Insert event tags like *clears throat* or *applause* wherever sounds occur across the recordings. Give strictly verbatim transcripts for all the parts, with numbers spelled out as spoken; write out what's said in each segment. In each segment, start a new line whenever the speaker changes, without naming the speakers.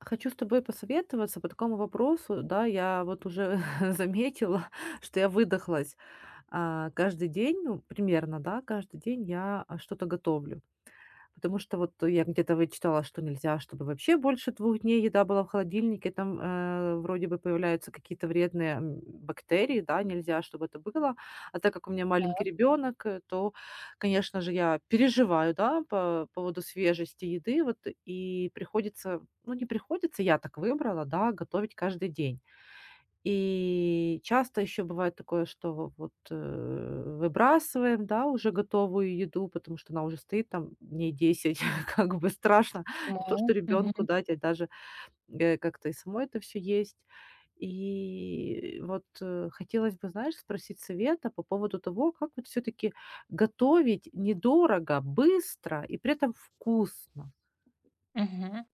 Хочу с тобой посоветоваться по такому вопросу. Да, я вот уже *laughs* заметила, что я выдохлась. А, каждый день, ну, примерно, да, каждый день я а, что-то готовлю. Потому что вот я где-то вычитала, что нельзя, чтобы вообще больше двух дней еда была в холодильнике, там, э, вроде бы появляются какие-то вредные, м, бактерии, да, нельзя, чтобы это было. А так как у меня маленький
Так,
ребенок, э, то, конечно же, я переживаю, да, по поводу свежести еды, вот, и приходится, ну, не приходится, я так выбрала, да, готовить каждый день. И часто еще бывает такое, что вот, э, выбрасываем, да, уже готовую еду, потому что она уже стоит там дней десять, *laughs* как бы страшно. Не то,
понимаю.
что ребенку
Мгм,
дать, а даже, э, как-то и самой это все есть. И вот, э, хотелось бы, знаешь, спросить совета по поводу того, как вот все таки готовить недорого, быстро и при этом вкусно.
мгм.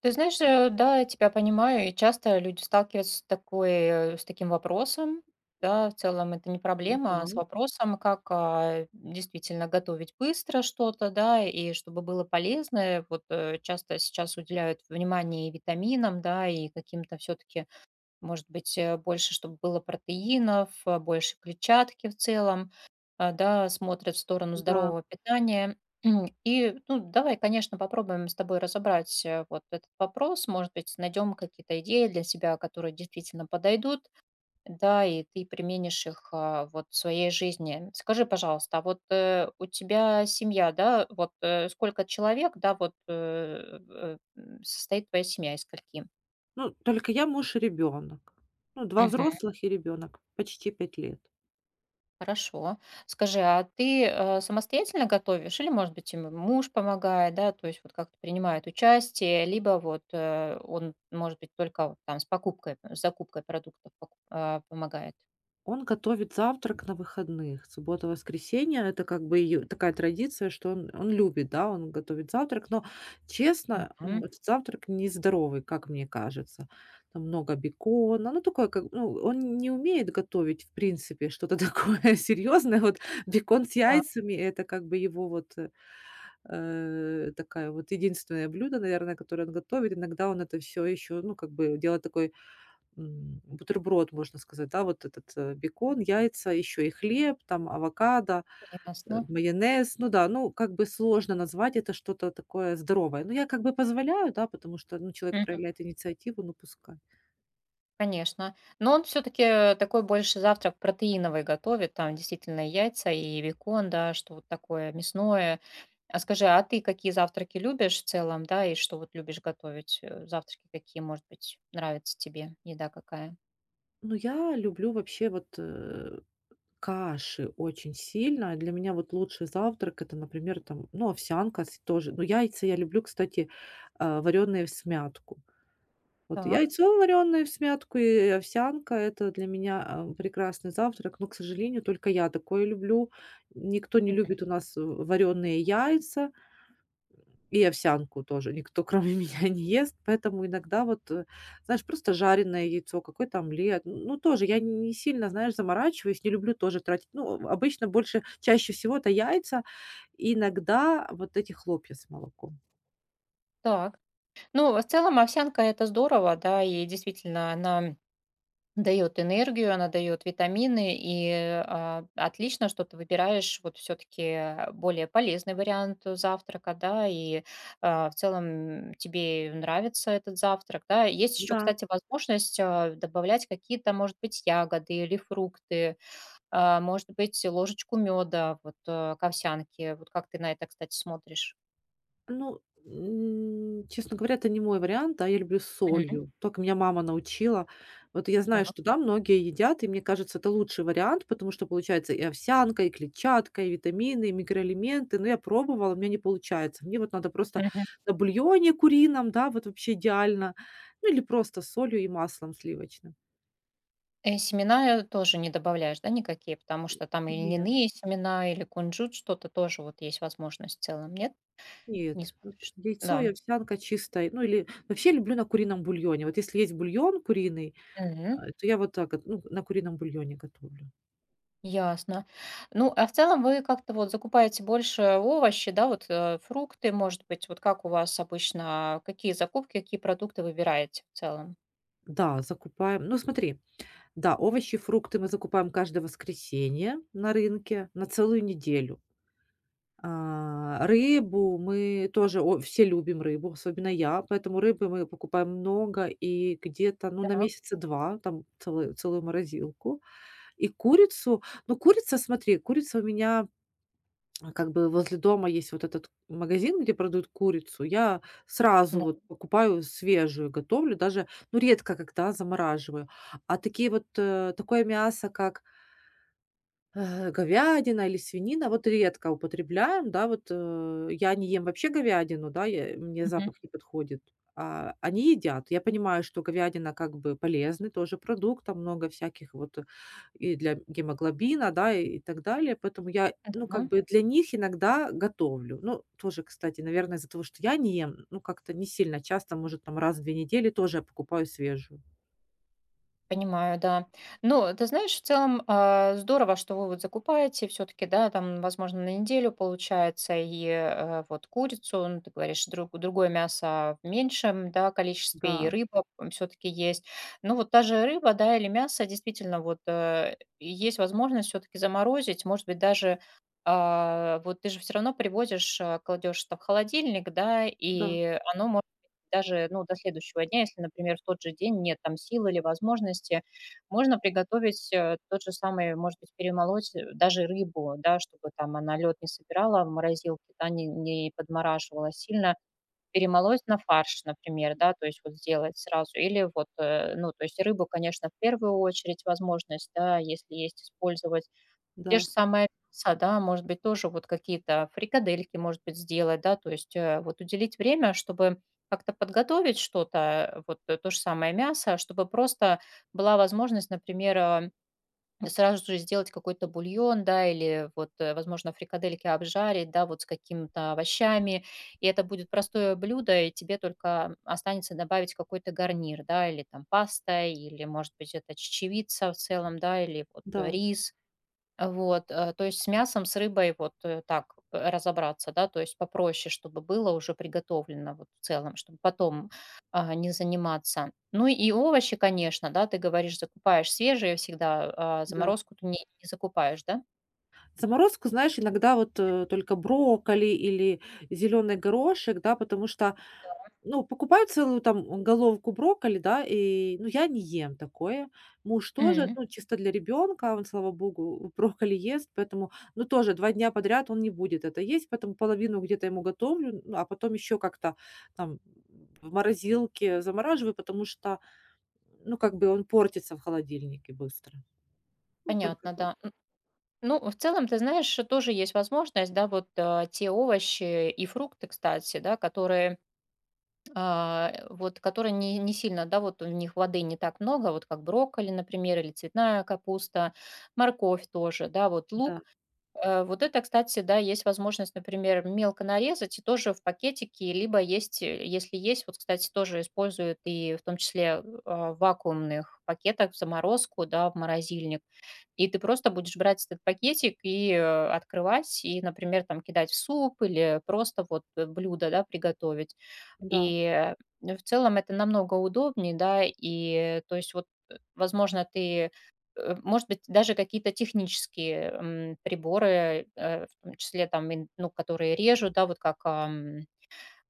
Ты знаешь, э, да, я тебя понимаю, и часто люди сталкиваются с такой, э, с таким вопросом. Да, в целом это не проблема, а с вопросом, как а, действительно готовить быстро что-то, да, и чтобы было полезно. Вот э, часто сейчас уделяют внимание и витаминам, да, и каким-то все-таки может быть, э, больше, чтобы было протеинов, э, больше клетчатки в целом, а, да, смотрят в сторону
Да. Да.
здорового питания. *clears throat* И, ну, давай, конечно, попробуем с тобой разобрать э, вот этот вопрос. Может быть, найдем какие-то идеи для себя, которые действительно подойдут, да, и ты применишь их а, вот в своей жизни. Скажи, пожалуйста, а вот э, у тебя семья, да, вот э, сколько человек, да, вот э, э, м, состоит твоя семья из скольки?
Ну, только я, муж и ребенок. Ну, два взрослых и ребенок, почти пять лет.
Хорошо. Скажи, а ты, э, самостоятельно готовишь или, может быть, и м муж помогает, да? То есть вот как-то принимает участие, либо вот, э, он, может быть, только вот там с покупкой, с закупкой продуктов поку а, помогает?
Он готовит завтрак на выходных. Суббота, воскресенье- это как бы её такая традиция, что он он любит, да, он готовит завтрак. Но, честно, ну,
Мгм.
этот завтрак нездоровый, как мне кажется. Там много бекона, ну, такое, как ну, он не умеет готовить, в принципе, что-то *laughs* такое серьезное. Вот бекон с
Так,
яйцами- это как бы его вот, э Э, такая вот единственное блюдо, наверное, которое он готовит. Иногда он это все еще, ну, как бы делает такой, м, бутерброд, можно сказать, да, вот этот, э, бекон, яйца, еще и хлеб, там авокадо, э,
ясно.
майонез. Ну да, ну, как бы сложно назвать это что-то такое здоровое. Но я как бы позволяю, да, потому что, ну, человек
Мгм.
проявляет инициативу, ну, пускай.
Конечно. Но он все таки такой больше завтрак протеиновый готовит, там действительно яйца и бекон, да, что вот такое мясное. А скажи, а ты какие завтраки любишь в целом, да, и что вот любишь готовить? Э, Завтраки какие, может быть, нравится тебе? Еда какая?
Но я люблю вообще вот, э, каши очень сильно. Для меня вот лучший завтрак- это, например, там, ну, овсянка с тоже. Ну, яйца я люблю, кстати, а, вареные в смятку. Вот
Так,
яйцо вареное в смятку и овсянка- это для меня, а, прекрасный завтрак. Но, к сожалению, только я такое люблю. Никто не любит у нас, э, вареные яйца. И овсянку тоже никто, *laughs* кроме меня, не ест, поэтому иногда вот, э, знаешь, просто жареное яйцо, какой-то омлет. Ну, тоже я не сильно, знаешь, заморачиваюсь, не люблю тоже тратить. Ну, обычно больше, чаще всего это яйца, и иногда вот эти хлопья с молоком.
так. Ну, в целом овсянка это здорово, да, и действительно она дает энергию, она дает витамины, и э, а, отлично, что ты выбираешь вот все-таки более полезный вариант завтрака, да, и а, в целом тебе нравится этот завтрак, да. Есть еще,
Да.
кстати, возможность а, добавлять какие-то, может быть, ягоды или фрукты. А, может быть, ложечку меда, вот, э, к овсянке. Вот как ты на это, кстати, смотришь?
Ну, м, честно говоря, это не мой вариант, а я люблю с
Мгм.
солью. Только меня мама научила. Вот я знаю,
Так.
что, да, многие едят, и мне кажется, это лучший вариант, потому что получается и овсянка, и клетчатка, и витамины, и микроэлементы. Но я пробовала, у меня не получается. Мне вот надо просто
Мгм.
на бульоне курином, да, вот вообще идеально. Ну, или просто с солью и маслом сливочным.
Э, семена, э, тоже не добавляешь, да, никакие? Потому что там и
Нет,
льняные семена, или кунжут, что-то тоже вот есть возможность в целом, нет? Не
нет. Вот
смотришь?
яйцо
Да.
и овсянка чистая. Ну, или вообще люблю на курином бульоне. Вот если есть бульон куриный,
Мгм.
А, это я вот так вот, ну, на курином бульоне готовлю.
Ясно. Ну, а в целом вы как-то вот закупаете больше овощи, да, вот, э, фрукты, может быть, вот как у вас обычно, какие закупки, какие продукты выбираете в целом?
Да, закупаем. Ну, смотри, да, овощи, фрукты мы закупаем каждое воскресенье на рынке на целую неделю. А, рыбу мы тоже, о, все любим рыбу, особенно я, поэтому рыбы мы покупаем много и где-то, ну, на
Так,
месяца два там целую целую морозилку. И курицу, ну, курица, смотри, курица у меня А, Как бы возле дома есть вот этот магазин, где продают курицу. Я сразу
да.
вот покупаю свежую, готовлю, даже, ну, редко когда замораживаю. А такие вот, э, такое мясо, как э, говядина или свинина, вот редко употребляем, да, вот, э, я не ем вообще говядину, да, я мне
Мгм.
запах не подходит, а они едят. Я понимаю, что говядина как бы полезный тоже продукт, там много всяких вот э, и для гемоглобина, да, и и так далее, поэтому я, ну, как
Да.
бы для них иногда готовлю. Ну, тоже, кстати, наверное, из-за того, что я не ем, ну, как-то не сильно часто, может, там раз в две недели тоже я покупаю свежую.
Понимаю, да. Ну, ты знаешь, в целом, а, здорово, что вы вот закупаете все-таки, да, там, возможно, на неделю получается и э, вот курицу, ну, ты говоришь, друг, другое мясо в меньшем, да, количестве, и
Да,
рыба все-таки есть. Ну, вот та же рыба, да, или мясо, действительно, вот э, есть возможность все-таки заморозить, может быть, даже а, вот ты же все равно привозишь, кладешь это в холодильник, да,
да,
и оно даже, ну, до следующего дня, если, например, в тот же день нет там сил или возможности, можно приготовить э, тот же самый, может быть, перемолоть э, даже рыбу, да, чтобы там она лед не собирала в морозилке, да, не, не подмораживала сильно, перемолоть на фарш, например, да, то есть вот сделать сразу, или вот, э, ну, то есть рыбу, конечно, в первую очередь возможность, да, если есть использовать, те же
да,
самое мясо, да, может быть, тоже вот какие-то фрикадельки, может быть, сделать, да, то есть, э, вот уделить время, чтобы как-то подготовить что-то, вот э, то же самое мясо, чтобы просто была возможность, например, э, сразу же сделать какой-то бульон, да, или вот, э, возможно, фрикадельки обжарить, да, вот с какими-то овощами, и это будет простое блюдо, и тебе только останется добавить какой-то гарнир, да, или там паста, или, может быть, это чечевица в целом, да, или вот
да,
рис, вот, э, то есть с мясом, с рыбой вот, э, так п разобраться, да, то есть попроще, чтобы было уже приготовлено вот в целом, чтобы потом, а, не заниматься. Ну и овощи, конечно, да, ты говоришь, закупаешь свежие всегда, а
да.
заморозку ты не не закупаешь, да?
Заморозку, знаешь, иногда вот, э, только брокколи или зеленый горошек, да, потому что, ну, покупаю целую там головку брокколи, да, и, ну, я не ем такое. Муж тоже,
М,
ну, чисто для ребенка, он, слава богу, брокколи ест, поэтому, ну, тоже два дня подряд он не будет это есть, поэтому половину где-то ему готовлю, ну, а потом еще как-то там в морозилке замораживаю, потому что, ну, как бы он портится в холодильнике быстро. Ну, только
понятно,
так.
да. Н ну, в целом, ты знаешь, э, тоже есть возможность, да, вот, э, те овощи и фрукты, кстати, да, которые а, вот, которые не, не сильно, да, вот у них воды не так много, вот как брокколи, например, или цветная капуста, морковь тоже, да, вот
Да,
лук. Э, Вот это, кстати, да, есть возможность, например, мелко нарезать и тоже в пакетике, либо есть, э, если есть, вот, кстати, тоже используют и в том числе а, в вакуумных пакетах в заморозку, да, в морозильник. И ты просто будешь брать этот пакетик и э, открывать, и, например, там кидать в суп или просто вот э, блюдо, да, приготовить.
да.
И ну, в целом это намного удобнее, да, и то есть вот, э, возможно, ты, э, может быть, даже какие-то технические, м, приборы, э, в том числе там, ин ну, которые режут, да, вот как,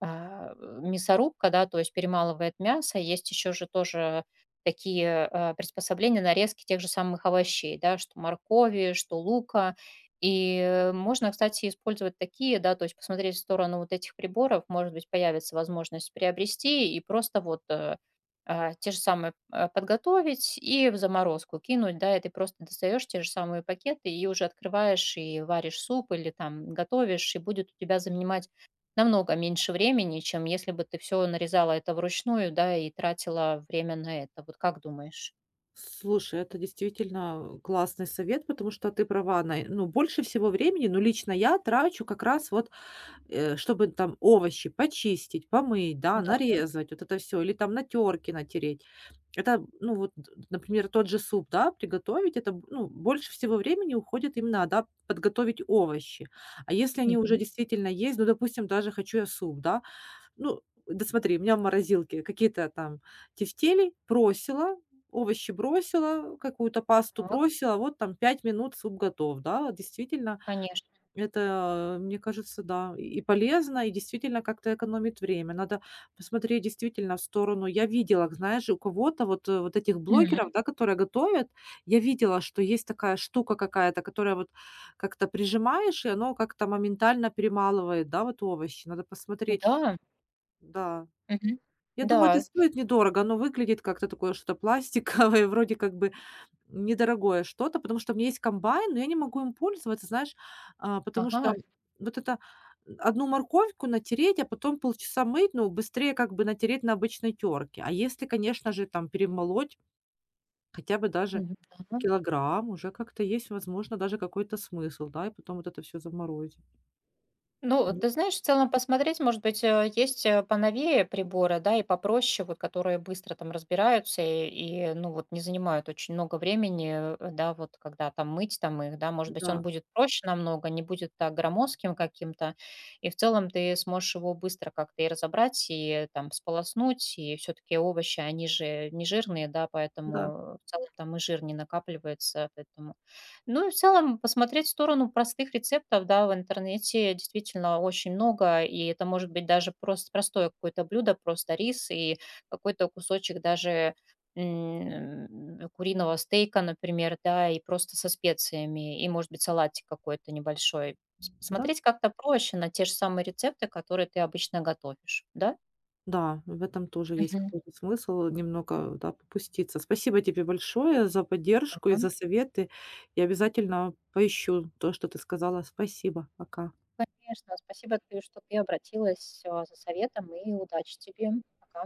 а, э, мясорубка, да, то есть перемалывает мясо. Есть еще же тоже такие а, приспособления нарезки тех же самых овощей, да, что моркови, что лука. И можно, кстати, использовать такие, да, то есть посмотреть в сторону вот этих приборов, может быть, появится возможность приобрести и просто вот э, а, те же самые а, подготовить и в заморозку кинуть, да, и ты просто достаешь те же самые пакеты и уже открываешь и варишь суп или там готовишь, и будет у тебя занимать намного меньше времени, чем если бы ты все нарезала это вручную, да, и тратила время на это. Вот как думаешь?
Слушай, это действительно классный совет, потому что ты права. На, ну, больше всего времени, ну, лично я трачу как раз вот, э, чтобы там овощи почистить, помыть, да,
Да.
нарезать, вот это все, или там на терке натереть. Это, ну, вот, д- например, тот же суп, да, приготовить, это, б- ну, больше всего времени уходит именно, да, подготовить овощи. А если они уже
Мгм.
действительно есть, ну, допустим, даже хочу я суп, да, ну, да смотри, у меня в морозилке какие-то там тефтели бросила, овощи бросила, какую-то пасту
Так,
бросила, вот там пять минут суп готов, да. Действительно,
конечно.
это, мне кажется, да, и полезно, и действительно как-то экономит время. Надо посмотреть действительно в сторону. Я видела, знаешь, у кого-то вот, э, вот этих
Мгм.
блогеров, да, которые готовят, я видела, что есть такая штука какая-то, которая вот как-то прижимаешь, и оно как-то моментально перемалывает, да, вот овощи. Надо посмотреть,
Да.
да.
Мгм.
Я думаю, это
Да.
стоит недорого. Оно выглядит как-то такое что-то пластиковое, *laughs* вроде как бы недорогое что-то, потому что у меня есть комбайн, но я не могу им пользоваться, знаешь, а, потому что
Ага.
вот это одну морковку натереть, а потом полчаса мыть, ну, быстрее как бы натереть на обычной терке. А если, конечно же, там перемолоть хотя бы даже
Мгм. Да.
килограмм, уже как-то есть, возможно, даже какой-то смысл, да, и потом вот это все заморозить.
Ну,
Ну
ты знаешь, в целом посмотреть, может быть, э, есть э, поновее приборы, да, и попроще, вот, которые быстро там разбираются и, и, ну, вот, не занимают очень много времени, э, да, вот, когда там мыть там их, да, может быть, он
да,
будет проще намного, не будет так громоздким каким-то, и в целом ты сможешь его быстро как-то и разобрать, и там сполоснуть, и все-таки овощи, они же не жирные, да,
да,
поэтому в целом там и жир не накапливается, поэтому ну и в целом посмотреть в сторону простых рецептов, да, в интернете действительно очень много, и это может быть даже просто простое какое-то блюдо, просто рис и какой-то кусочек даже м, э, куриного стейка, например, да, и просто со специями, и, может быть, салатик какой-то небольшой. С-
да.
Смотреть как-то проще на те же самые рецепты, которые ты обычно готовишь, да?
Да, в этом тоже есть
Мгм.
какой-то смысл немного, да, попуститься. Спасибо тебе большое за поддержку и
Ага.
за советы. Я обязательно поищу то, что ты сказала. Спасибо. Пока.
Конечно, спасибо, ты, что ты обратилась э, за советом, и удачи тебе. Пока.